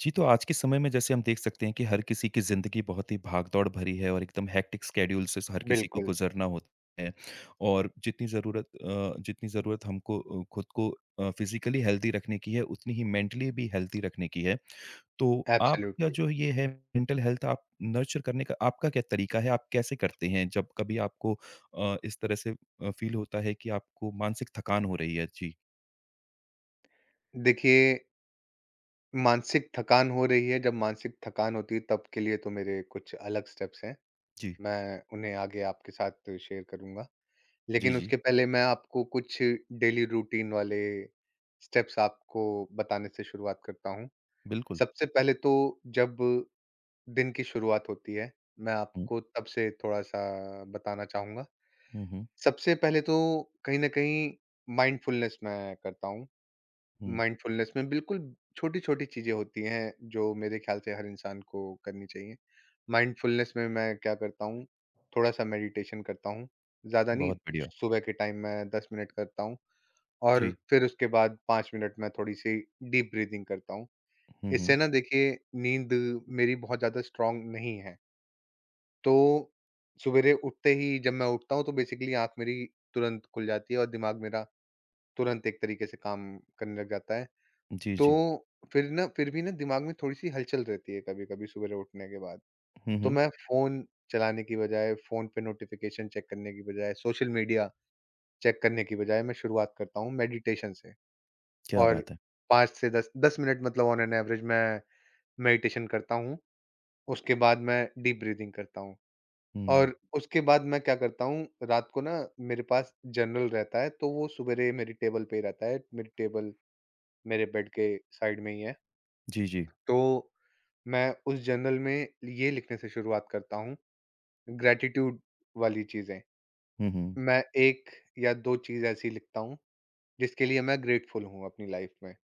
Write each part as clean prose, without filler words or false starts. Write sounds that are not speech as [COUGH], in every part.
जी, तो आज के समय में जैसे हम देख सकते हैं कि हर किसी की ज़िंदगी बहुत ही भाग-दौड़ भरी है और एकदम हेक्टिक स्केड्यूल से हर किसी को बिल्कुल, गुज़रना होता है और जितनी ज़रूरत जितनी ज़रूरत हमको खुद को फ़िज़िकली हेल्दी रखने की है, उतनी ही मेंटली भी हेल्दी रखने की है। तो आपका एब्सोल्युटली। जो ये है मेंटल हेल्थ आप नर्चर करने का आपका क्या तरीका है? आप कैसे करते हैं जब कभी आपको इस तरह से फ़ील होता है कि आपको मानसिक थकान हो रही है? जी, देखिए, मानसिक थकान हो रही है, जब मानसिक थकान होती है तब के लिए तो मेरे कुछ अलग स्टेप्स हैं, जी। मैं उन्हें आगे आपके साथ शेयर करूँगा। जी, लेकिन जी। उसके पहले मैं आपको कुछ डेली रूटीन वाले स्टेप्स आपको बताने से शुरुआत करता हूँ। बिल्कुल। सबसे पहले तो जब दिन की शुरुआत होती है, मैं हुँ। आपको तब से थोड़ा-सा बताना चाहूँगा। हुँ, हुँ। सबसे पहले तो कहीं न कहीं माइंडफुलनेस मैं करता हूँ। हुँ। माइंडफुलनेस में बिल्कुल छोटी-छोटी चीज़ें होती हैं, जो मेरे ख़्याल से हर इंसान को करनी चाहिए। माइंडफुलनेस में मैं क्या करता हूँ, थोड़ा-सा मेडिटेशन करता हूँ, ज़्यादा नहीं, बहुत बढ़िया। सुबह के टाइम मैं 10 मिनट करता हूँ और जी। फिर उसके बाद 5 मिनट मैं थोड़ी-सी डीप ब्रीथिंग करता हूँ। हुँ, हुँ। इससे ना देखिए नींद मेरी बहुत ज़्यादा स्ट्रॉन्ग नहीं है, तो सुबेरे उठते ही जब मैं उठता हूँ तो बेसिकली आँख मेरी तुरंत खुल जाती है और दिमाग मेरा तुरंत एक तरीके से काम करने लग जाता है। जी, तो जी। फिर ना फिर भी ना दिमाग में थोड़ी-सी हलचल रहती है कभी-कभी सुबेरे उठने के बाद। हुँ, तो हुँ। मैं फ़ोन चलाने की बजाय, फ़ोन पे नोटिफ़िकेशन चेक करने की बजाय, सोशल मीडिया चेक करने की बजाय मैं शुरुआत करता हूँ मेडिटेशन से। क्या और बात है! 5 से 10 मिनट मतलब ऑन एन एवरेज मैं मेडिटेशन करता हूँ। उसके बाद मैं डीप ब्रीथिंग करता हूँ। हुँ। और उसके बाद मैं क्या करता हूँ, रात को ना मेरे पास जर्नल रहता है, तो वो सुबेरे मेरी टेबल पे ही रहता है। मेरी टेबल मेरे बेड के साइड में ही है। जी, जी। तो मैं उस जर्नल में ये लिखने से शुरुआत करता हूँ, ग्रैटिट्यूड वाली चीज़ें। हुँ, हुँ। मैं 1 या 2 चीज़ ऐसी लिखता हूँ, जिसके लिए मैं ग्रेटफुल हूँ अपनी लाइफ़ में,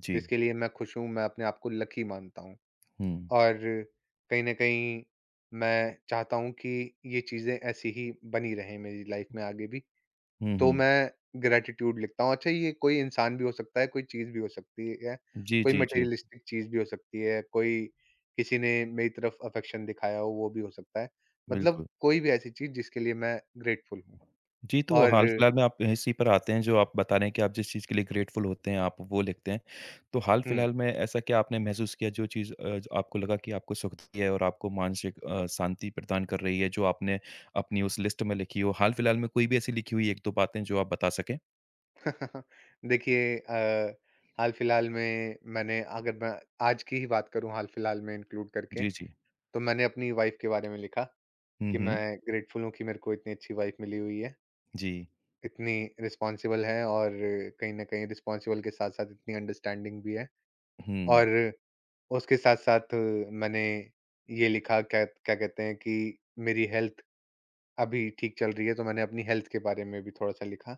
जी। जिसके लिए मैं खुश हूँ, मैं अपने आप को लकी मानता हूँ। हुँ। और कहीं न कहीं मैं चाहता हूँ कि ये चीज़ें ऐसी ही बनी रहें मेरी लाइफ़ में आगे भी। हुँ, तो हुँ। मैं ग्रैटिट्यूड लिखता हूँ। अच्छा ये कोई इंसान भी हो सकता है, कोई चीज़ भी हो सकती है, जी, कोई जी, जी। मटेरियलिस्टिक चीज़ भी हो सकती है, कोई किसी ने मेरी तरफ अफेक्शन दिखाया हो वो भी हो सकता है। मतलब बिल्कुल। कोई भी ऐसी चीज़ जिसके लिए मैं ग्रेटफुल हूँ। जी, तो और हाल-फिलहाल में आप इसी पर आते हैं जो आप बता रहे हैं कि आप जिस चीज़ के लिए ग्रेटफुल होते हैं, आप वो लिखते हैं। तो हुँ, हाल-फिलहाल में ऐसा क्या आपने महसूस किया जो चीज़ जो आपको लगा कि आपको सुख दी है और आपको मानसिक शांति प्रदान कर रही है, जो आपने अपनी उस लिस्ट में लिखी हो? हाल-फिलहाल में कोई भी ऐसी लिखी हुई 1-2 बातें जो आप बता सकें? [LAUGHS] देखिए हाल-फिलहाल में मैंने अगर मैं आज की ही बात करूँ हाल-फिलहाल में इंक्लूड करके, जी, जी। तो मैंने अपनी वाइफ़ के बारे में लिखा हुँ, कि मैं हुँ। ग्रेटफुल हूँ कि मेरे को इतनी अच्छी वाइफ़ मिली हुई है। जी। इतनी रिस्पॉन्सिबल है और कहीं न कहीं रिस्पॉन्सिबल के साथ-साथ इतनी अंडरस्टैंडिंग भी है। हुँ। और उसके साथ-साथ मैंने ये लिखा क्या क्या कहते हैं कि मेरी हेल्थ अभी ठीक चल रही है, तो मैंने अपनी हेल्थ के बारे में भी थोड़ा-सा लिखा।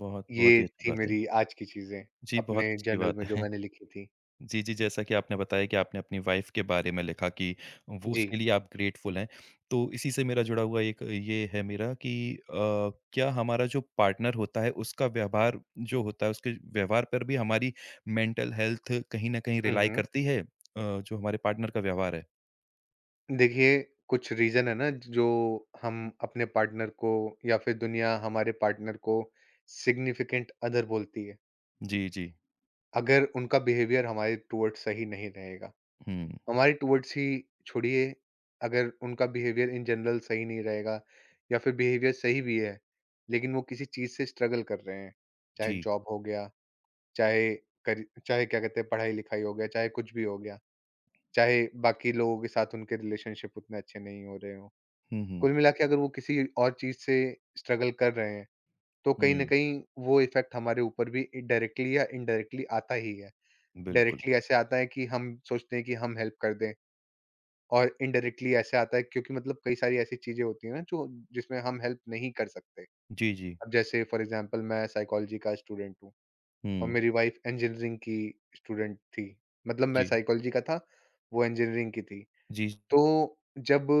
बहुत, बहुत ये ही अच्छी थी बात है। मेरी आज की चीज़ें जी, बहुत अपने अच्छी जर्नल में बात जो है। मैंने लिखी थी। जी, जी, जैसा कि आपने बताया कि आपने अपनी वाइफ़ के बारे में लिखा कि वो जी। उसके लिए आप ग्रेटफुल हैं। तो इसी से मेरा जुड़ा हुआ एक ये है मेरा कि अ, क्या हमारा जो पार्टनर होता है उसका व्यवहार जो होता है, उसके व्यवहार पर भी हमारी मेंटल हेल्थ कहीं न कहीं हुँ, रिलाई हुँ। करती है जो हमारे पार्टनर का व्यवहार है? देखिए, कुछ रीज़न है ना जो हम अपने पार्टनर को या फिर दुनिया हमारे पार्टनर को सिग्निफिकेंट अदर बोलती है। जी, जी। अगर उनका बिहेवियर हमारे टुवर्ड्स सही नहीं रहेगा, हुँ, हमारे टुवर्ड्स ही छोड़िए, अगर उनका बिहेवियर इन जनरल सही नहीं रहेगा या फिर बिहेवियर सही भी है, लेकिन वो किसी चीज़ से स्ट्रगल कर रहे हैं, चाहे जी। जॉब हो गया, चाहे चाहे क्या कहते हैं पढ़ाई-लिखाई हो गया, चाहे कुछ भी हो गया, चाहे बाकी लोगों के साथ उनके रिलेशनशिप उतने अच्छे नहीं हो रहे हों। हुँ, हुँ, कुल मिला के अगर वो किसी और चीज़ से स्ट्रगल कर रहे हैं, तो कहीं न हुँ, कहीं वो इफ़ेक्ट हमारे ऊपर भी डायरेक्टली या इनडायरेक्टली आता ही है। बिल्कुल। डायरेक्टली ऐसे आता है कि हम सोचते हैं कि हम हेल्प कर दें और इनडायरेक्टली ऐसे आता है क्योंकि मतलब कई सारी ऐसी चीजें होती हैं ना जो जिसमें हम हेल्प नहीं कर सकते। जी, जी। अब जैसे फॉर एग्जांपल मैं साइकोलॉजी का स्टूडेंट हूँ और हुँ, मेरी वाइफ इंजीनियरिंग की स्टूडेंट थी, मतलब मैं जी, साइकोलॉजी का था, वो इंजीनियरिंग की थी। जी, तो जब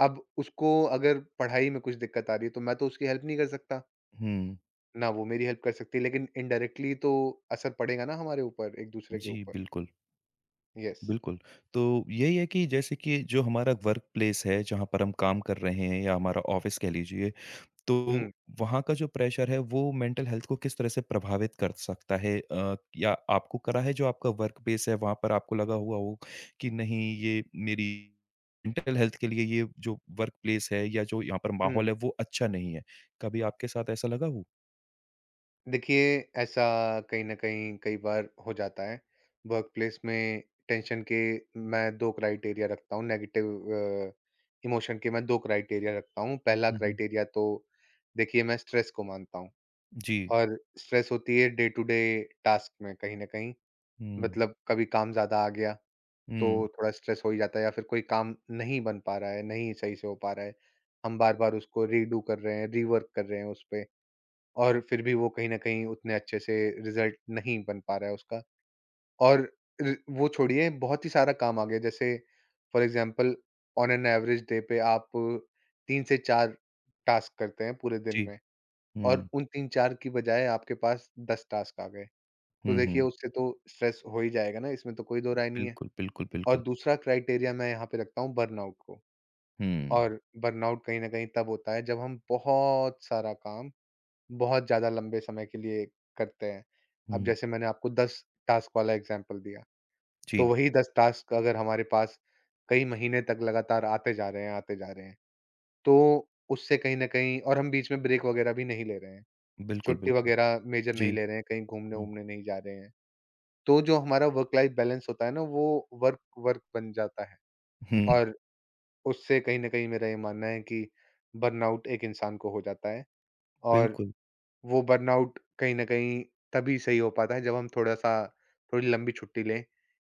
अब उसको अगर पढ़ाई में कुछ दिक्कत आ रही है तो मैं तो उसकी हेल्प नहीं कर सकता, हुँ, ना वो मेरी हेल्प कर सकती है, लेकिन इनडायरेक्टली तो असर पड़ेगा ना हमारे ऊपर, एक दूसरे के जी, ऊपर। बिल्कुल। यस। बिल्कुल, तो यही है कि जैसे कि जो हमारा वर्क प्लेस है, जहाँ पर हम काम कर रहे हैं या हमारा ऑफ़िस कह लीजिए, हम्म तो वहाँ का जो प्रेशर है, वो मेंटल हेल्थ को किस तरह से प्रभावित कर सकता है? या आपको करा है जो आपका वर्क प्लेस है, वहाँ पर आपको लगा हुआ हो कि नहीं, ये मेरी मेंटल हेल्थ के लिए ये जो वर्क प्लेस है या जो यहाँ पर माहौल हम्म। है, वो अच्छा नहीं है। कभी आपके साथ ऐसा लगा हो? देखिए, ऐसा कहीं ना कहीं कई बार हो जाता है। वर्क प्लेस में टेंशन के मैं दो क्राइटेरिया रखता हूँ नेगेटिव इमोशन के मैं दो क्राइटेरिया रखता हूँ। पहला हुँ, हुँ। क्राइटेरिया तो देखिए मैं स्ट्रेस को मानता हूँ, जी। और स्ट्रेस होती है डे टू डे टास्क में कहीं ना कहीं। हुँ, मतलब कभी काम ज़्यादा आ गया तो हुँ, थोड़ा स्ट्रेस हो ही जाता है, या फिर कोई काम नहीं बन पा रहा है, नहीं सही से हो पा रहा है, हम बार बार उसको रीडू कर रहे हैं, रीवर्क कर रहे हैं उस पे, और फिर भी वो कहीं न कहीं उतने अच्छे से रिज़ल्ट नहीं बन पा रहा है उसका। और र वो छोड़िए, बहुत ही सारा काम आ गया, जैसे for example on an average day पे आप 3 से 4 टास्क करते हैं पूरे दिन जी। में, और हुँ, उन 3-4 की बजाय आपके पास 10 टास्क आ गए। तो हुँ, देखिए हुँ। उससे तो स्ट्रेस हो ही जाएगा ना, इसमें तो कोई 2 राय नहीं है। बिल्कुल, बिल्कुल, और बिल्कुल। दूसरा क्राइटेरिया मैं यहाँ पे रखता हूँ बर्नआउट को। हुँ। और बर्नआउट कहीं न कहीं तब होता है जब हम बहुत सारा काम बहुत ज़्यादा लंबे समय के लिए करते हैं। अब हुँ। जैसे मैंने आपको 10 टास्क वाला एग्ज़ाम्पल दिया, तो जी, वही 10 टास्क अगर हमारे पास कई महीने तक लगातार आते जा रहे हैं, आते जा रहे हैं, तो उससे कहीं न कहीं, और हम बीच में ब्रेक वग़ैरह भी नहीं ले रहे हैं, बिल्कुल, हुँ। छुट्टी बिल्कुल। वग़ैरह मेजर नहीं जी। ले रहे हैं, कहीं हुँ, घूमने-वूमने नहीं जा रहे हैं। तो जो हमारा वर्क लाइफ़ बैलेंस होता है ना, वो वर्क वर्क बन जाता है, हुँ, और उससे कहीं न कहीं मेरा ये मानना है कि बर्नआउट एक इंसान को हो जाता है। और बिल्कुल। वो बर्नआउट कहीं न कहीं तभी सही हो पाता है जब हम थोड़ा-सा थोड़ी लंबी छुट्टी लें,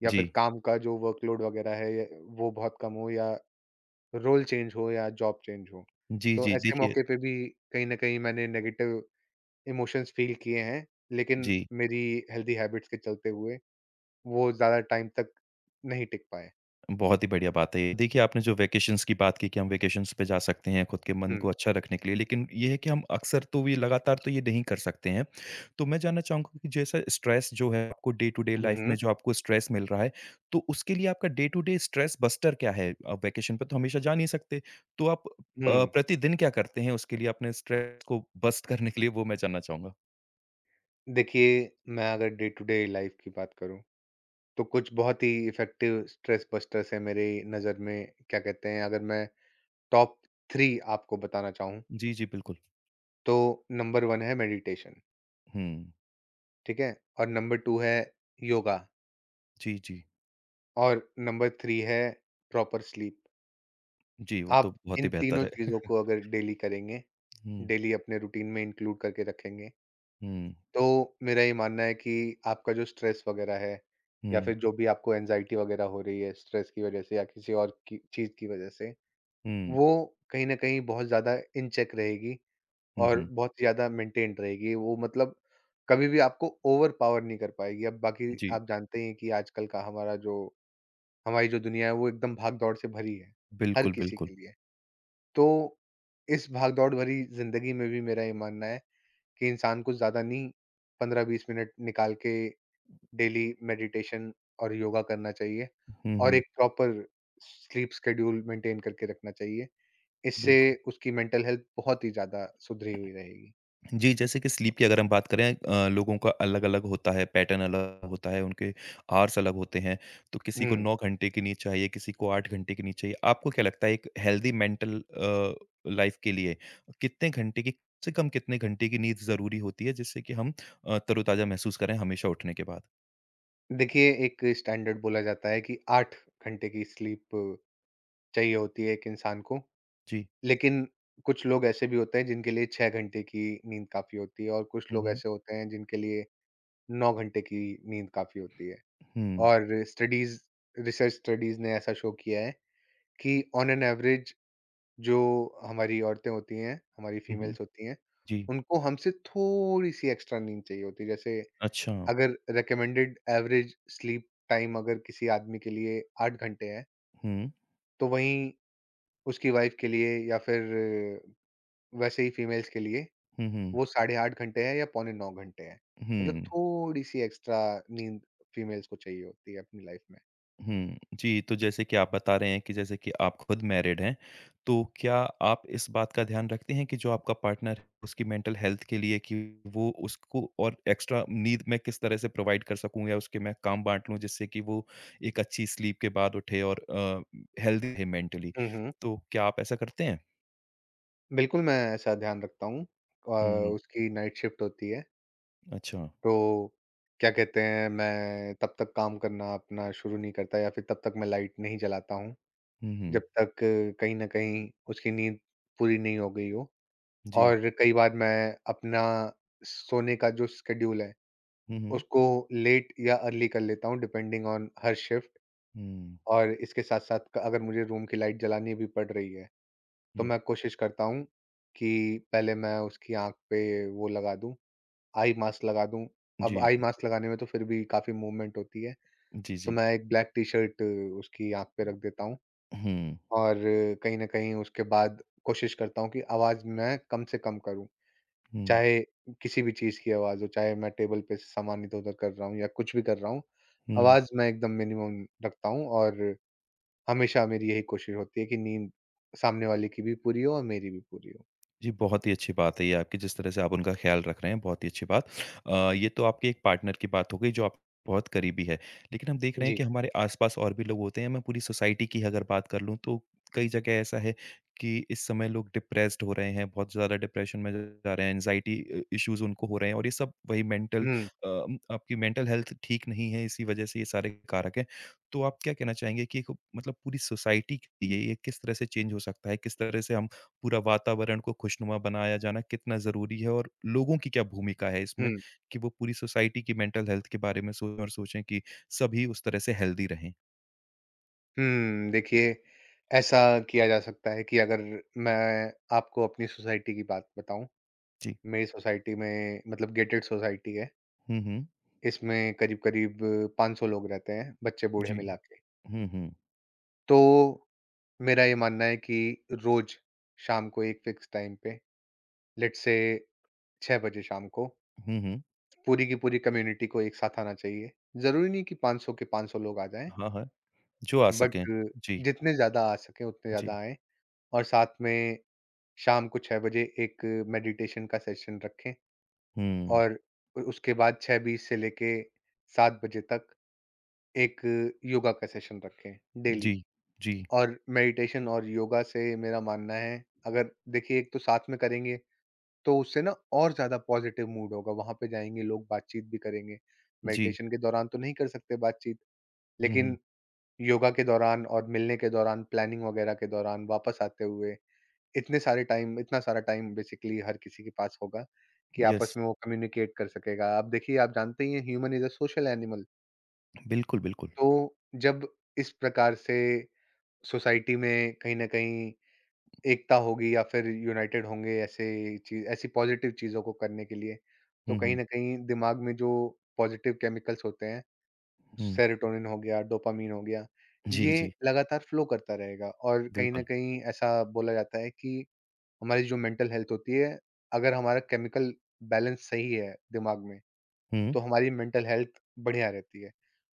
या फिर जी, काम का जो वर्कलोड वगैरह है य वो बहुत कम हो, या रोल चेंज हो, या जॉब चेंज हो। जी, तो जी, ऐसे देखिए मौके पे भी कहीं न कहीं मैंने नेगेटिव इमोशंस फ़ील किए हैं, लेकिन जी, मेरी हेल्दी हैबिट्स के चलते हुए वो ज़्यादा टाइम तक नहीं टिक पाए। बहुत ही बढ़िया बात है ये। देखिए, आपने जो वैकेशंस की बात की कि हम वैकेशंस पे जा सकते हैं खुद के मन को हुँ। अच्छा रखने के लिए, लेकिन ये है कि हम अक्सर तो ये लगातार तो ये नहीं कर सकते हैं। तो मैं जानना चाहूँगा कि जैसा स्ट्रेस जो है आपको डे टू डे हुँ, लाइफ़ में हुँ। जो आपको स्ट्रेस मिल रहा है, तो उसके लिए आपका day to day stress buster क्या है? वैकेशन पे तो हमेशा जा नहीं सकते, तो आप हुँ। प्रतिदिन क्या करते हैं उसके लिए अपने स्ट्रेस को बस्ट करने के लिए? वो मैं जानना चाहूँगा। देखिए, मैं अगर डे टू डे लाइफ़ की बात करूँ तो कुछ बहुत ही इफ़ेक्टिव स्ट्रेस बस्टर्स हैं मेरी नज़र में, क्या कहते हैं, अगर मैं टॉप 3 आपको बताना चाहूँ, जी, जी, बिल्कुल। तो नंबर 1 है मेडिटेशन, हुँ। ठीक है? और नंबर 2 है योगा, जी, जी। और नंबर 3 है प्रॉपर स्लीप। जी, वो आप तो बहुत इन ही तीनों बेहतर है। चीज़ों को [LAUGHS] अगर डेली करेंगे, हुँ, डेली अपने रूटीन में इंक्लूड करके रखेंगे, हुँ, तो मेरा ये मानना है कि आपका जो स्ट्रेस वगैरह है या हुँ, फिर जो भी आपको एंग्ज़ायटी वगैरह हो रही है स्ट्रेस की वज़ह से या किसी और की चीज़ की वज़ह से, हुँ, वो कहीं न कहीं बहुत ज़्यादा इन चेक रहेगी हुँ, और हुँ। बहुत ज़्यादा मेंटेन्ड रहेगी। वो मतलब कभी भी आपको ओवर पावर नहीं कर पाएगी। अब बाकी जी, आप जानते ही हैं कि आजकल का हमारा जो हमारी जो दुनिया है वो एकदम भाग-दौड़ से भरी है, हर बिल्कुल, किसी बिल्कुल। के लिए। तो इस भाग-दौड़ भरी ज़िंदगी में भी मेरा ये मानना है कि इंसान को ज़्यादा नहीं 15-20 मिनट निकाल के डेली मेडिटेशन और योगा करना चाहिए, हुँ, और हुँ, एक प्रॉपर स्लीप शेड्यूल मेंटेन करके रखना चाहिए। इससे बिल्कुल। उसकी मेंटल हेल्थ बहुत ही ज़्यादा सुधरी हुई रहेगी। जी, जैसे कि स्लीप की अगर हम बात करें लोगों का अलग-अलग होता है, पैटर्न अलग होता है, उनके आवर्स अलग होते हैं। तो किसी को हुँ। 9 घंटे की नींद चाहिए, किसी को 8 घंटे की नींद चाहिए। आपको क्या लगता है एक हेल्दी मेंटल लाइफ़ के लिए कितने घंटे की कम से कम कितने घंटे की नींद ज़रूरी होती है जिससे कि हम तरोताज़ा महसूस करें हमेशा उठने के बाद? देखिए, एक स्टैंडर्ड बोला जाता है कि 8 घंटे की स्लीप चाहिए होती है एक इंसान को, जी। लेकिन कुछ लोग ऐसे भी होते हैं जिनके लिए 6 घंटे की नींद काफ़ी होती है, और कुछ हुँ, लोग हुँ। ऐसे होते हैं जिनके लिए 9 घंटे की नींद काफ़ी होती है। हुँ, और स्टडीज़ रिसर्च स्टडीज़ ने ऐसा शो किया है कि ऑन एन एवरेज जो हमारी औरतें होती हैं, हमारी हुँ, हुँ। फीमेल्स होती हैं, जी, उनको हमसे थोड़ी-सी एक्स्ट्रा नींद चाहिए होती है। जैसे अच्छा। अगर रिकमेंडेड एवरेज स्लीप टाइम अगर किसी आदमी के लिए 8 घंटे हैं, हुँ, तो वहीं उसकी वाइफ के लिए या फिर वैसे ही फीमेल्स के लिए हुँ, हुँ, वो साढ़े 8 घंटे है या पौने 9 घंटे है। मतलब हुँ, थोड़ी-सी एक्स्ट्रा नींद फीमेल्स को चाहिए होती है अपनी लाइफ में। हुँ। जी, तो जैसे कि आप बता रहे हैं कि जैसे कि आप खुद मैरिड हैं, तो क्या आप इस बात का ध्यान रखते हैं कि जो आपका पार्टनर है, उसकी मेंटल हेल्थ के लिए कि वो उसको और एक्स्ट्रा नींद मैं किस तरह से प्रोवाइड कर सकूँ या उसके मैं काम बाँट लूँ, जिससे कि वो एक अच्छी स्लीप के बाद उठे और हेल्दी रहे मेंटली? हुँ, हुँ। तो क्या आप ऐसा करते हैं? बिल्कुल, मैं ऐसा ध्यान रखता हूँ। हुँ, हुँ। उसकी नाइट शिफ्ट होती है, अच्छा। तो क्या कहते हैं मैं तब तक काम करना अपना शुरू नहीं करता या फिर तब तक मैं लाइट नहीं जलाता हूँ, हुँ, जब हुँ। तक कहीं न कहीं उसकी नींद पूरी नहीं हो गई हो। जी। और कई बार मैं अपना सोने का जो शेड्यूल है, हुँ, हुँ। उसको लेट या अर्ली कर लेता हूँ डिपेंडिंग ऑन हर शिफ्ट। हुँ, और इसके साथ-साथ क अगर मुझे रूम की लाइट जलानी भी पड़ रही है, तो हुँ। मैं कोशिश करता हूँ कि पहले मैं उसकी आँख पे वो लगा दूँ, आई मास्क लगा दूँ। अब जी। आई मास्क लगाने में तो फिर भी काफ़ी मूवमेंट होती है, जी, तो जी। मैं एक ब्लैक टी-शर्ट उसकी आँख पे रख देता हूँ। हुँ, और कहीं न कहीं उसके बाद कोशिश करता हूँ कि आवाज़ मैं कम से कम करूँ। हुँ, चाहे किसी भी चीज़ की आवाज़ हो, चाहे मैं टेबल पे सामान इधर-उधर कर रहा हूँ या कुछ भी कर रहा हूँ, हुँ। आवाज़ मैं एकदम मिनिमम रखता हूँ, और हमेशा मेरी यही कोशिश होती है कि नींद सामने वाले की भी पूरी हो और मेरी भी पूरी हो। जी, बहुत ही अच्छी बात है ये आपकी, जिस तरह से आप उनका ख़्याल रख रहे हैं, बहुत ही अच्छी बात। ये तो आपके एक पार्टनर की बात हो गई, जो आप बहुत करीबी है। लेकिन हम देख रहे हैं जी। कि हमारे आस-पास और भी लोग होते हैं, मैं पूरी सोसाइटी की अगर बात कर लूँ, तो कई जगह ऐसा है कि इस समय लोग डिप्रेस्ड हो रहे हैं, बहुत ज़्यादा डिप्रेशन में जा रहे हैं, एंग्ज़ायटी इश्यूज़ उनको हो रहे हैं और ये सब वही मेंटल हुँ, आपकी मेंटल हेल्थ ठीक नहीं है, इसी वजह से ये सारे कारक हैं। तो आप क्या कहना चाहेंगे कि एक मतलब पूरी सोसाइटी के लिए ये किस तरह से चेंज हो सकता है? किस तरह से पूरा वातावरण को खुशनुमा बनाया जाना कितना ज़रूरी है और लोगों की क्या भूमिका है इसमें हुँ, कि वो पूरी सोसाइटी की मेंटल हेल्थ के बारे में सोचें और सोचें कि सभी उस तरह से हेल्दी रहें? हुँ। देखिए, ऐसा किया जा सकता है कि अगर मैं आपको अपनी सोसाइटी की बात बताऊँ, जी। मेरी सोसाइटी में, मतलब गेटेड सोसाइटी है। हुँ, हुँ। इसमें करीब-करीब 500 लोग रहते हैं, बच्चे बूढ़े जी। मिला के। हुँ, हुँ। तो मेरा ये मानना है कि रोज़ शाम को एक फिक्स टाइम पे, लेट्स से 6 बजे शाम को, हुँ, हुँ। पूरी की पूरी कम्युनिटी को एक साथ आना चाहिए। ज़रूरी नहीं कि 500 के 500 लोग आ जाएँ, हाँ, हाँ। जो आ बट सकें। जी, जितने ज़्यादा आ सकें उतने जी। ज़्यादा आएँ, और साथ में शाम को 6 बजे एक मेडिटेशन का सेशन रखें, हुँ। और उ उसके बाद 6:20 से लेके 7 बजे तक एक योगा का सेशन रखें, जी, डेली। जी, और मेडिटेशन और योगा से मेरा मानना है, अगर देखिए एक तो साथ में करेंगे तो उससे ना और ज़्यादा पॉजिटिव मूड होगा, वहाँ पे जाएँगे लोग बातचीत भी करेंगे। जी। मेडिटेशन के दौरान तो नहीं कर सकते बातचीत, हुँ, लेकिन हुँ। योगा के दौरान और मिलने के दौरान, प्लानिंग वगैरह के दौरान, वापस आते हुए, इतने सारे टाइम इतना सारा टाइम बेसिकली हर किसी के पास होगा कि आपस यस। में वो कम्युनिकेट कर सकेगा। अब देखिए आप जानते ही हैं, human is a social animal. बिल्कुल, बिल्कुल। तो जब इस प्रकार से सोसाइटी में कहीं न कहीं एकता होगी, या फिर यूनाइटेड होंगे ऐसे चीज ऐसी पॉजिटिव चीजों को करने के लिए, तो हुँ, कहीं हुँ। ना कहीं दिमाग में जो पॉजिटिव केमिकल्स होते हैं, हुँ। सेरोटोनिन हो गया, डोपामीन हो गया, जी, ये जी। लगातार फ्लो करता रहेगा। और कहीं ना बिल्कुल। कहीं ऐसा बोला जाता है कि हमारी जो मेंटल हेल्थ होती है, अगर हमारा केमिकल बैलेंस सही है दिमाग में, हुँ। तो हमारी मेंटल हेल्थ बढ़िया रहती है।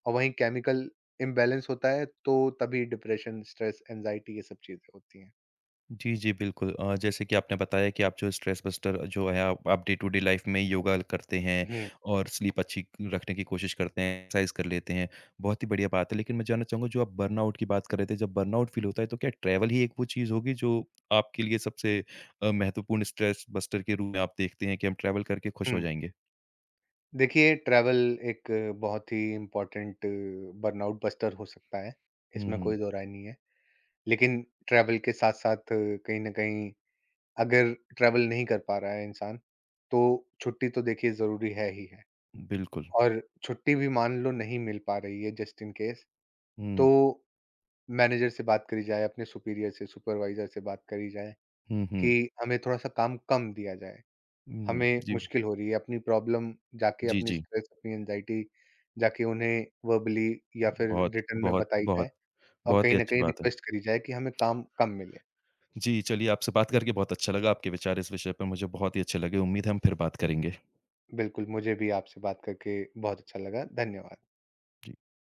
और वहीं केमिकल इम्बैलेंस होता है तो तभी डिप्रेशन, स्ट्रेस, एंजाइटी, ये सब चीजें होती हैं। जी, जी, बिल्कुल। जैसे कि आपने बताया कि आप जो स्ट्रेस बस्टर जो है आप डे टू डे लाइफ में योगा करते हैं और स्लीप अच्छी रखने की कोशिश करते हैं, एक्सरसाइज़ कर लेते हैं। बहुत ही बढ़िया बात है, लेकिन मैं जानना चाहूँगा जो आप बर्नआउट की बात कर रहे थे, जब बर्नआउट फ़ील होता है तो क्या ट्रैवल ही एक वो चीज़ होगी जो आपके लिए सबसे महत्वपूर्ण स्ट्रेस बस्टर के रूप में आप देखते हैं कि हम ट्रैवल करके खुश हो हम्म जाएँगे? देखिए, ट्रैवल एक बहुत ही इम्पोर्टेंट बर्नआउट बस्टर हो सकता है, हुँ, इसमें हुँ, कोई दो राय नहीं है। लेकिन ट्रैवल के साथ-साथ कहीं न कहीं अगर ट्रैवल नहीं कर पा रहा है इंसान, तो छुट्टी तो देखिए ज़रूरी है ही है। बिल्कुल। और छुट्टी भी मान लो नहीं मिल पा रही है जस्ट इन केस, हुँ, तो मैनेजर से बात करी जाए, अपने सुपीरियर से, सुपरवाइज़र से बात करी जाए हुँ, हुँ। कि हमें थोड़ा-सा काम कम दिया जाए। हुँ, हमें जी। मुश्किल हो रही है, अपनी प्रॉब्लम जाके, जी, अपनी जी। स्ट्रेस अपनी एंजाइटी जाके उन्हें वर्बली या फिर बहुत, रिटर्न में बहुत, बताई जाए, बहुत, और बहुत कहीं ही ना अच्छी कहीं बात है। रिक्वेस्ट करी जाए कि हमें काम कम मिले। जी, चलिए आपसे बात करके बहुत अच्छा लगा। आपके विचार इस विषय पर मुझे बहुत ही अच्छे लगे। उम्मीद है हम फिर बात करेंगे। बिल्कुल, मुझे भी आपसे बात करके बहुत अच्छा लगा। धन्यवाद। जी।